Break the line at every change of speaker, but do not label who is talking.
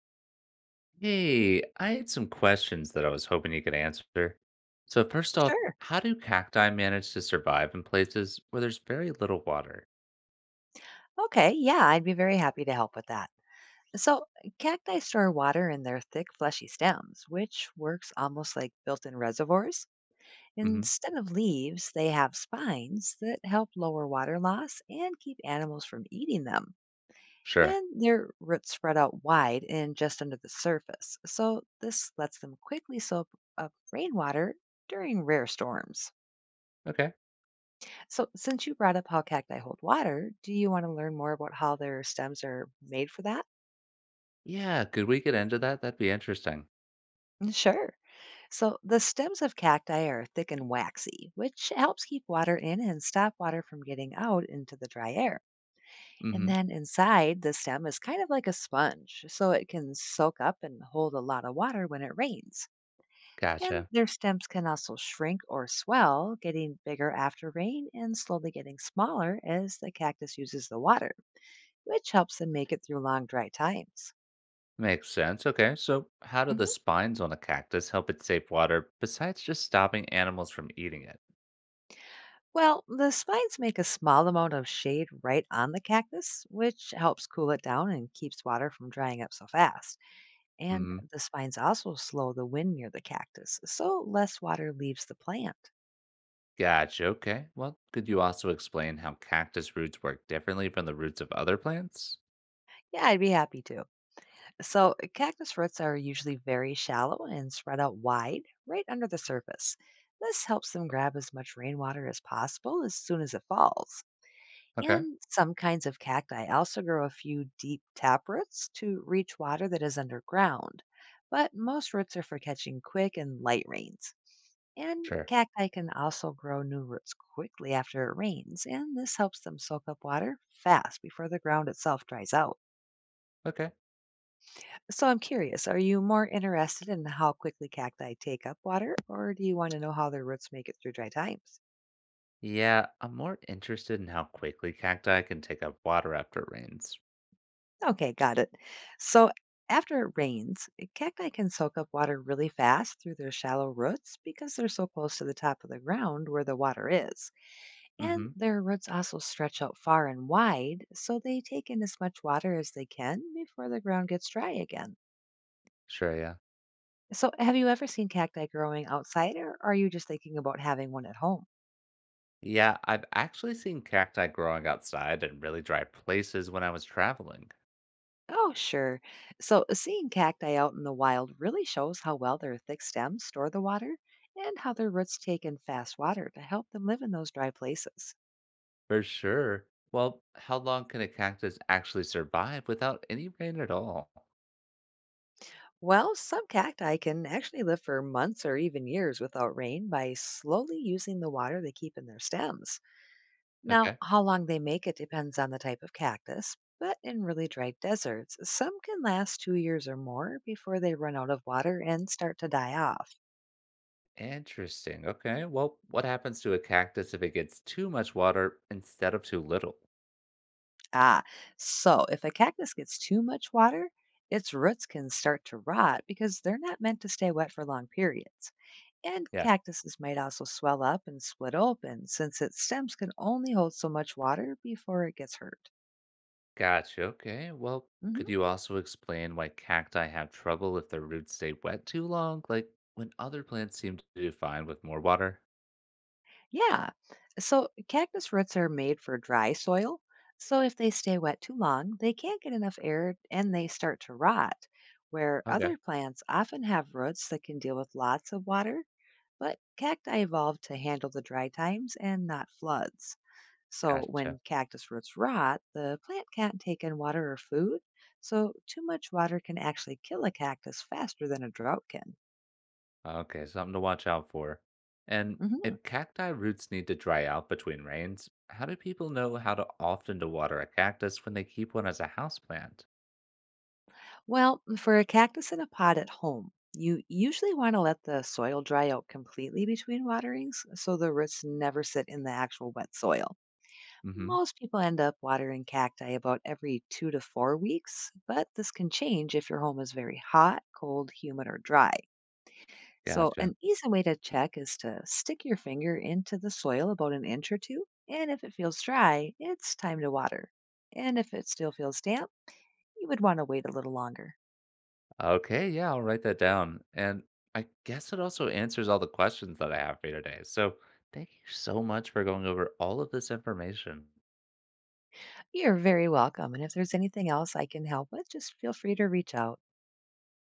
Hey, I had some questions that I was hoping you could answer. So, first off,
Sure.
how do cacti manage to survive in places where there's very little water?
Okay. Yeah, I'd be very happy to help with that. So, cacti store water in their thick, fleshy stems, which works almost like built in reservoirs.
Hmm.
Instead of leaves, they have spines that help lower water loss and keep animals from eating them.
Sure.
And their roots spread out wide and just under the surface. So, this lets them quickly soak up rainwater during rare storms.
Okay.
So, since you brought up how cacti hold water, do you want to learn more about how their stems are made for that?
Yeah, could we get into that? That'd be interesting.
Mm, sure. So the stems of cacti are thick and waxy, which helps keep water in and stop water from getting out into the dry air. And
Hmm.
then inside, the stem is kind of like a sponge, so it can soak up and hold a lot of water when it rains. And
Gotcha.
their stems can also shrink or swell, getting bigger after rain and slowly getting smaller as the cactus uses the water, which helps them make it through long dry times.
Makes sense. Okay, so how do the
Mhm.
spines on a cactus help it save water besides just stopping animals from eating it?
Well, the spines make a small amount of shade right on the cactus, which helps cool it down and keeps water from drying up so fast. And
Hmm.
the spines also slow the wind near the cactus, so less water leaves the plant.
Gotcha. Okay. Well, could you also explain how cactus roots work differently from the roots of other plants?
Yeah, I'd be happy to. So, cactus roots are usually very shallow and spread out wide, right under the surface. This helps them grab as much rainwater as possible as soon as it falls.
Okay.
And some kinds of cacti also grow a few deep tap roots to reach water that is underground, but most roots are for catching quick and light rains. And
Sure.
cacti can also grow new roots quickly after it rains, and this helps them soak up water fast before the ground itself dries out.
Okay.
So I'm curious, are you more interested in how quickly cacti take up water, or do you want to know how their roots make it through dry times?
Yeah, I'm more interested in how quickly cacti can take up water after it rains.
Okay, got it. So after it rains, cacti can soak up water really fast through their shallow roots because they're so close to the top of the ground where the water is. And
Hmm.
their roots also stretch out far and wide, so they take in as much water as they can before the ground gets dry again.
Sure, yeah.
So, have you ever seen cacti growing outside, or are you just thinking about having one at home?
Yeah, I've actually seen cacti growing outside in really dry places when I was traveling.
Oh, sure. So, seeing cacti out in the wild really shows how well their thick stems store the water and how their roots take in fast water to help them live in those dry places.
For sure. Well, how long can a cactus actually survive without any rain at all?
Well, some cacti can actually live for months or even years without rain by slowly using the water they keep in their stems. Now,
Okay.
how long they make it depends on the type of cactus, but in really dry deserts, some can last 2 years or more before they run out of water and start to die off.
Interesting. Okay. Well, what happens to a cactus if it gets too much water instead of too little?
Ah, so if a cactus gets too much water, its roots can start to rot because they're not meant to stay wet for long periods. And
Yeah.
cactuses might also swell up and split open since its stems can only hold so much water before it gets hurt.
Gotcha. Okay. Well,
Mhm.
could you also explain why cacti have trouble if their roots stay wet too long, like when other plants seem to do fine with more water?
Yeah, so cactus roots are made for dry soil. So if they stay wet too long, they can't get enough air and they start to rot. Where
Okay.
other plants often have roots that can deal with lots of water. But cacti evolved to handle the dry times and not floods. So
Gotcha.
when cactus roots rot, the plant can't take in water or food. So too much water can actually kill a cactus faster than a drought can.
Okay. Something to watch out for. And
Hmm.
if cacti roots need to dry out between rains, how do people know how to often to water a cactus when they keep one as a houseplant?
Well, for a cactus in a pot at home, you usually want to let the soil dry out completely between waterings so the roots never sit in the actual wet soil.
Mm-hmm.
Most people end up watering cacti about every 2 to 4 weeks, but this can change if your home is very hot, cold, humid, or dry. So,
Gotcha.
an easy way to check is to stick your finger into the soil about an inch or two, and if it feels dry, it's time to water. And if it still feels damp, you would want to wait a little longer.
Okay, yeah, I'll write that down. And I guess it also answers all the questions that I have for you today. So thank you so much for going over all of this information.
You're very welcome, and if there's anything else I can help with, just feel free to reach out.